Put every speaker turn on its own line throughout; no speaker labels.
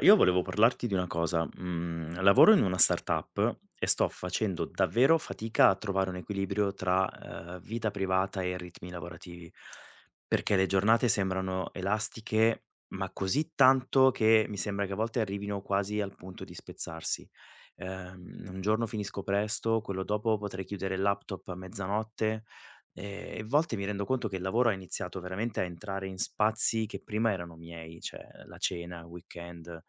Io volevo parlarti di una cosa, lavoro in una startup e sto facendo davvero fatica a trovare un equilibrio tra vita privata e ritmi lavorativi, perché le giornate sembrano elastiche, ma così tanto che mi sembra che a volte arrivino quasi al punto di spezzarsi. Un giorno finisco presto, quello dopo potrei chiudere il laptop a mezzanotte. E a volte mi rendo conto che il lavoro ha iniziato veramente a entrare in spazi che prima erano miei, cioè la cena, il weekend,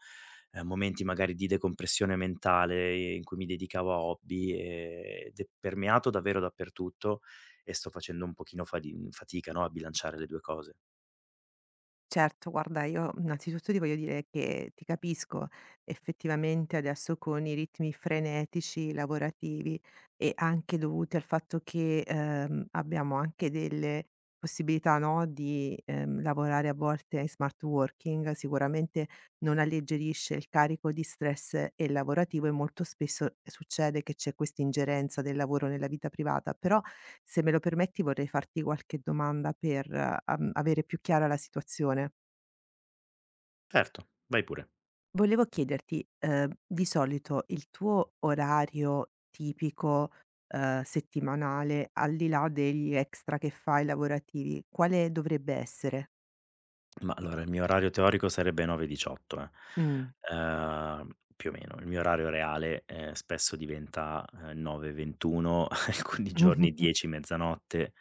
momenti magari di decompressione mentale in cui mi dedicavo a hobby, ed è permeato davvero dappertutto e sto facendo un pochino fadi fatica, no, a bilanciare le 2 cose.
Certo, guarda, io innanzitutto ti voglio dire che ti capisco. Effettivamente adesso con i ritmi frenetici lavorativi e anche dovuti al fatto che, abbiamo anche delle possibilità, no, di, lavorare a volte in smart working, sicuramente non alleggerisce il carico di stress, lavorativo e molto spesso succede che c'è questa ingerenza del lavoro nella vita privata. Però, se me lo permetti, vorrei farti qualche domanda per, avere più chiara la situazione.
Certo, vai pure.
Volevo chiederti, di solito il tuo orario tipico, settimanale, al di là degli extra che fai lavorativi, quale dovrebbe essere?
Ma allora, il mio orario teorico sarebbe 9:18, eh.
Mh.
Ehm, Più o meno. Il mio orario reale, spesso diventa, 9:21, alcuni giorni 10, mezzanotte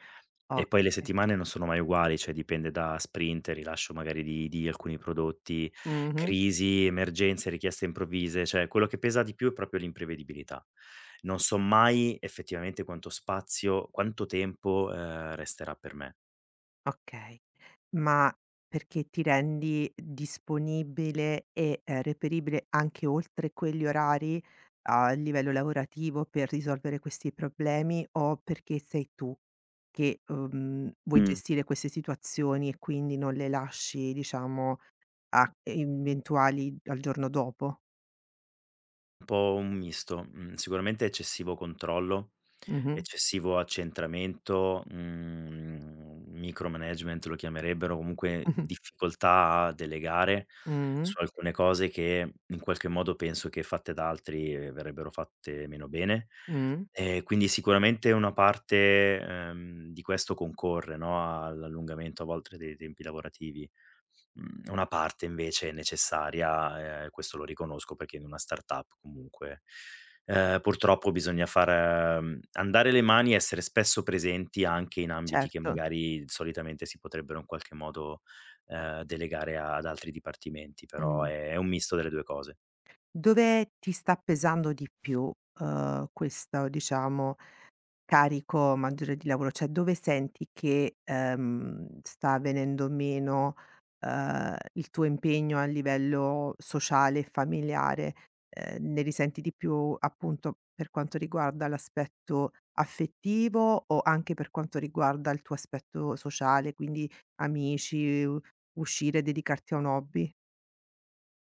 e poi le
Okay.
settimane non sono mai uguali, cioè dipende da sprint, rilascio magari di alcuni prodotti,
Mh-mh.
crisi, emergenze, richieste improvvise, cioè quello che pesa di più è proprio l'imprevedibilità. Non so mai effettivamente quanto spazio quanto tempo resterà per me.
Okay, ma perché ti rendi disponibile e, reperibile anche oltre quegli orari a livello lavorativo per risolvere questi problemi o perché sei tu che, vuoi
Mh.
gestire queste situazioni e quindi non le lasci diciamo a eventuali al giorno dopo?
Un po' un misto, sicuramente eccessivo controllo.
Mh-mh,
Eccessivo accentramento, micromanagement lo chiamerebbero, comunque difficoltà a delegare
mh-mh,
su alcune cose che in qualche modo penso che fatte da altri, verrebbero fatte meno bene.
mh, mh,
Quindi sicuramente una parte, di questo concorre, no, all'allungamento a volte dei tempi lavorativi. Una parte invece è necessaria, questo lo riconosco perché in una startup comunque purtroppo bisogna far andare le mani, e essere spesso presenti anche in ambiti che
certo,
magari solitamente si potrebbero in qualche modo, delegare ad altri dipartimenti, però
mh.
è un misto delle 2 cose.
Dove ti sta pesando di più, questo diciamo carico maggiore di lavoro, cioè dove senti che, sta venendo meno, il tuo impegno a livello sociale e familiare? Ne risenti di più appunto per quanto riguarda l'aspetto affettivo o anche per quanto riguarda il tuo aspetto sociale, quindi amici, u uscire, dedicarti a un hobby?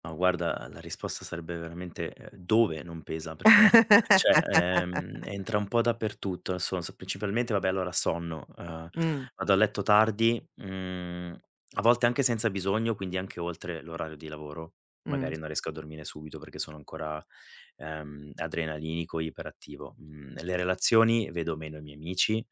No, guarda, la risposta sarebbe veramente, dove non pesa, perché cioè, entra un po' dappertutto. Adesso non so, principalmente vabbè, allora sonno,
Mh,
vado a letto tardi, a volte anche senza bisogno, quindi anche oltre l'orario di lavoro.
mh,
Magari non riesco a dormire subito perché sono ancora, adrenalinico, iperattivo. Mhmm, le relazioni, vedo meno i miei amici.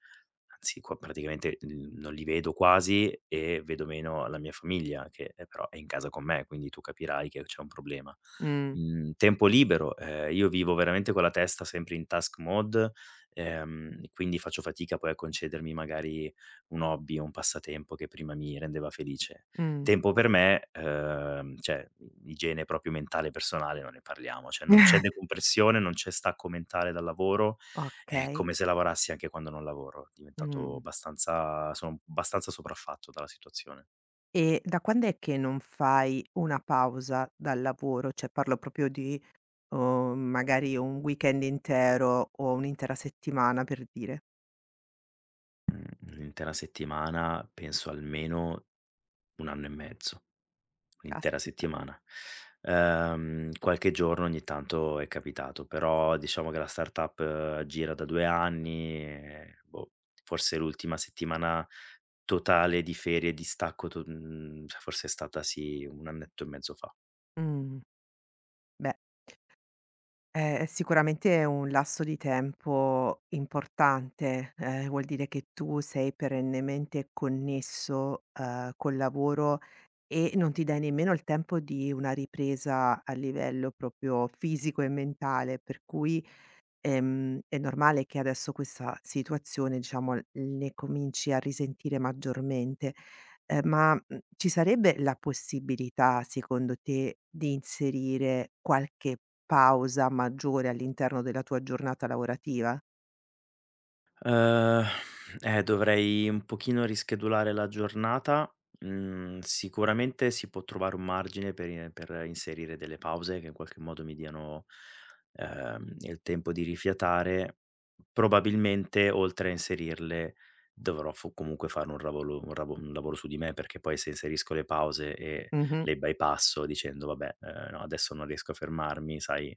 Anzi, qua praticamente, non li vedo quasi e vedo meno la mia famiglia che, però è in casa con me, quindi tu capirai che c'è un problema.
mh,
Tempo libero, io vivo veramente con la testa sempre in task mode, quindi faccio fatica poi a concedermi magari un hobby o un passatempo che prima mi rendeva felice.
mh.
Tempo per me, cioè igiene proprio mentale e personale non ne parliamo, cioè non c'è decompressione, non c'è stacco mentale dal lavoro. È
Okay,
come se lavorassi anche quando non lavoro, è diventato
mh.
abbastanza, sono abbastanza sopraffatto dalla situazione.
E da quand'è che non fai una pausa dal lavoro? Cioè parlo proprio di, magari un weekend intero o un'intera settimana per dire.
Un'intera settimana, penso almeno 1 anno e mezzo, un'intera
Caspita.
settimana. Qualche giorno ogni tanto è capitato, però diciamo che la startup gira da 2 anni e boh, forse l'ultima settimana totale di ferie e di stacco cioè forse è stata sì, 1 annetto e mezzo fa.
Mh, beh, è sicuramente un lasso di tempo importante, vuol dire che tu sei perennemente connesso, col lavoro e non ti dai nemmeno il tempo di una ripresa a livello proprio fisico e mentale, per cui è normale che adesso questa situazione, diciamo, ne cominci a risentire maggiormente. Ci sarebbe la possibilità, secondo te, di inserire qualche pausa maggiore all'interno della tua giornata lavorativa?
Uhm, Dovrei un pochino rischedulare la giornata. Sicuramente si può trovare un margine per inserire delle pause che in qualche modo mi diano, il tempo di rifiatare. Probabilmente oltre a inserirle dovrò fu comunque fare un lavolo un ravo un lavoro su di me, perché poi se inserisco le pause e
Mh-mh,
le bypasso dicendo: "Vabbè, no, adesso non riesco a fermarmi", sai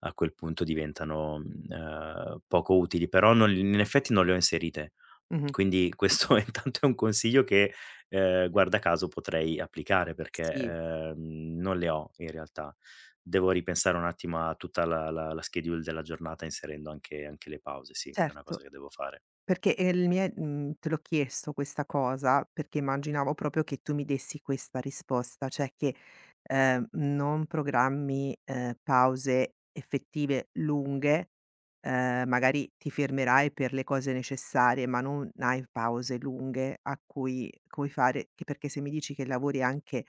a quel punto diventano, poco utili, però non in effetti non le ho inserite.
mh-mh.
Quindi questo intanto è un consiglio che, guarda caso potrei applicare perché,
Sì.
non le ho in realtà. Devo ripensare un attimo a tutta la schedule della giornata inserendo anche le pause, sì, è una cosa
Certo.
che devo fare.
Perché, il mi è mhmm, te l'ho chiesto questa cosa perché immaginavo proprio che tu mi dessi questa risposta, cioè che, non programmi, pause effettive lunghe, magari ti fermerai per le cose necessarie, ma non hai pause lunghe a cui fare che perché se mi dici che lavori anche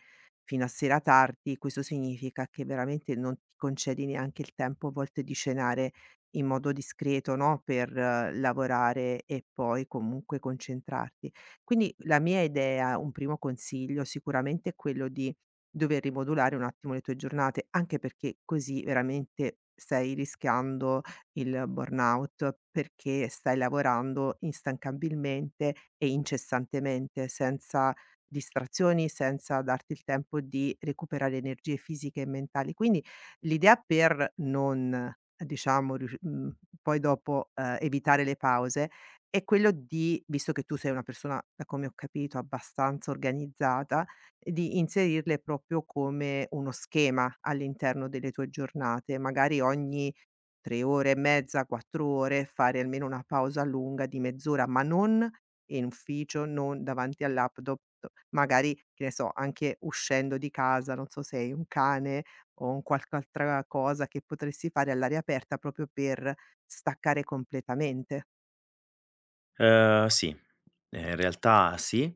fino a sera tardi, questo significa che veramente non ti concedi neanche il tempo a volte di cenare in modo discreto, no, per lavorare e poi comunque concentrarti. Quindi la mia idea, un primo consiglio sicuramente è quello di dover rimodulare un attimo le tue giornate, anche perché così veramente stai rischiando il burnout, perché stai lavorando instancabilmente e incessantemente, senza distrazioni, senza darti il tempo di recuperare energie fisiche e mentali. Quindi l'idea per non, diciamo, poi dopo, evitare le pause è quello di visto che tu sei una persona, da come ho capito, abbastanza organizzata, di inserirle proprio come uno schema all'interno delle tue giornate, magari ogni 3 ore e mezza, 4 ore, fare almeno una pausa lunga di mezz'ora, ma non in ufficio, non davanti al laptop, magari, che ne so, anche uscendo di casa, non so se hai un cane o un qualche altra cosa che potresti fare all'aria aperta proprio per staccare completamente.
Sì, in realtà sì.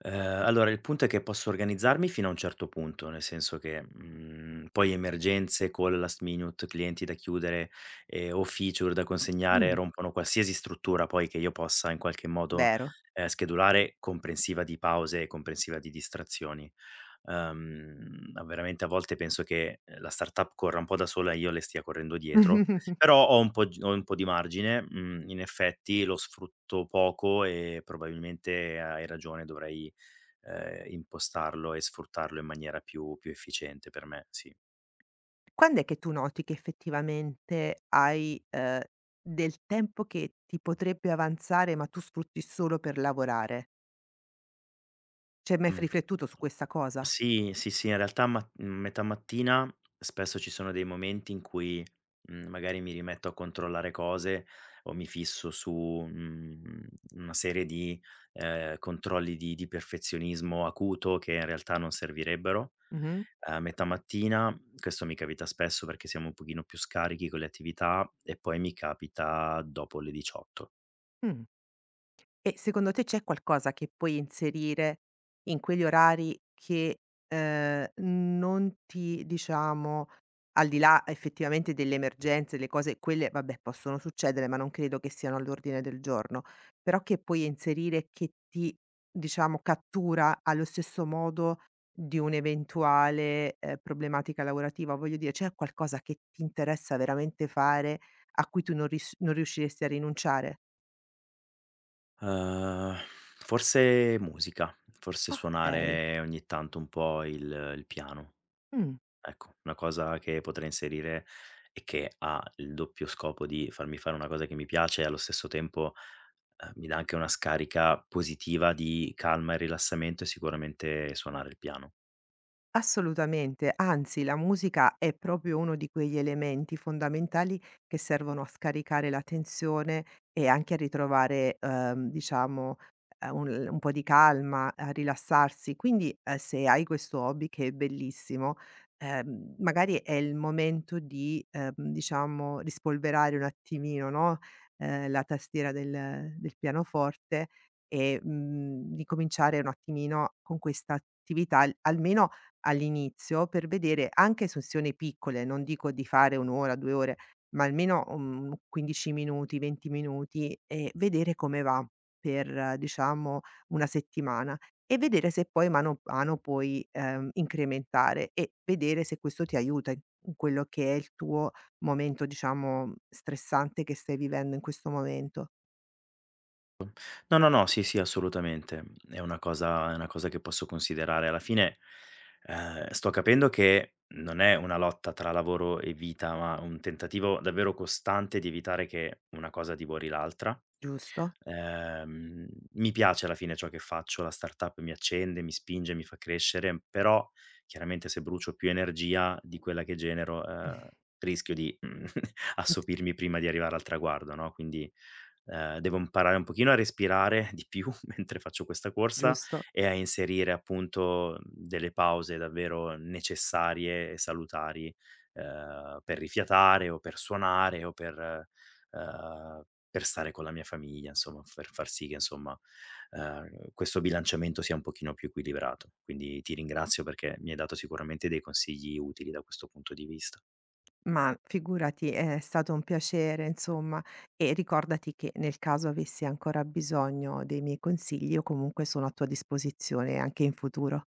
Ehm, allora il punto è che posso organizzarmi fino a un certo punto, nel senso che, poi emergenze, call last minute, clienti da chiudere, o feature da consegnare
Mh.
rompono qualsiasi struttura poi che io possa in qualche modo,
Vero.
schedulare, comprensiva di pause e comprensiva di distrazioni. Veramente a volte penso che, la startup corra un po' da sola e io le stia correndo dietro, però ho un po' g ho un po' di margine, in effetti lo sfrutto poco e probabilmente hai ragione, dovrei, impostarlo e sfruttarlo in maniera più efficiente per me, sì.
Quand'è che tu noti che effettivamente hai, del tempo che ti potrebbe avanzare, ma tu sfrutti solo per lavorare? Ci hai mai f
Mh.
riflettuto su questa cosa?
Sì, sì, sì, in realtà ma metà mattina spesso ci sono dei momenti in cui, magari mi rimetto a controllare cose o mi fisso su, una serie di, controlli di perfezionismo acuto che in realtà non servirebbero.
Mh-mh.
A metà mattina, questo mi capita spesso perché siamo un pochino più scarichi con le attività e poi mi capita dopo le 18.
Mh. E secondo te c'è qualcosa che puoi inserire in quegli orari che, non ti diciamo al di là effettivamente delle emergenze, le cose quelle vabbè possono succedere, ma non credo che siano all'ordine del giorno, però che puoi inserire che ti diciamo cattura allo stesso modo di un'eventuale, problematica lavorativa? Voglio dire, c'è qualcosa che ti interessa veramente fare, a cui tu non riusciresti a rinunciare?
Uhm, Forse musica, forse
Okay.
suonare ogni tanto un po' il piano.
Mh.
Ecco, una cosa che potrei inserire e che ha il doppio scopo di farmi fare una cosa che mi piace e allo stesso tempo, mi dà anche una scarica positiva di calma e rilassamento è sicuramente suonare il piano.
Assolutamente, anzi la musica è proprio uno di quegli elementi fondamentali che servono a scaricare la tensione e anche a ritrovare, diciamo, un po' di calma, a rilassarsi. Quindi, se hai questo hobby che è bellissimo, magari è il momento di, diciamo, rispolverare un attimino, no, la tastiera del pianoforte e, ricominciare un attimino con questa attività, almeno all'inizio per vedere anche sessioni piccole, non dico di fare 1 ora, 2 ore, ma almeno, 15 minuti, 20 minuti e vedere come va per, diciamo, 1 settimana e vedere se poi mano a mano puoi, incrementare e vedere se questo ti aiuta in in quello che è il tuo momento, diciamo, stressante che stai vivendo in questo momento,
No, no, no, sì, sì, assolutamente. È una cosa che posso considerare. Alla fine, sto capendo che non è una lotta tra lavoro e vita, ma un tentativo davvero costante di evitare che una cosa divori l'altra.
giusto?
Ehm, Mi piace alla fine ciò che faccio, la startup mi accende, mi spinge, mi fa crescere, però chiaramente se brucio più energia di quella che genero, rischio di, assopirmi prima di arrivare al traguardo, no, quindi devo imparare un pochino a respirare di più mentre faccio questa corsa
Giusto.
e a inserire appunto delle pause davvero necessarie e salutari, per rifiatare o per suonare o ehm, per stare con la mia famiglia, insomma, per far sì che insomma, questo bilanciamento sia un pochino più equilibrato. Quindi ti ringrazio perché mi hai dato sicuramente dei consigli utili da questo punto di vista.
Ma figurati, è stato un piacere insomma, e ricordati che nel caso avessi ancora bisogno dei miei consigli, io comunque sono a tua disposizione anche in futuro.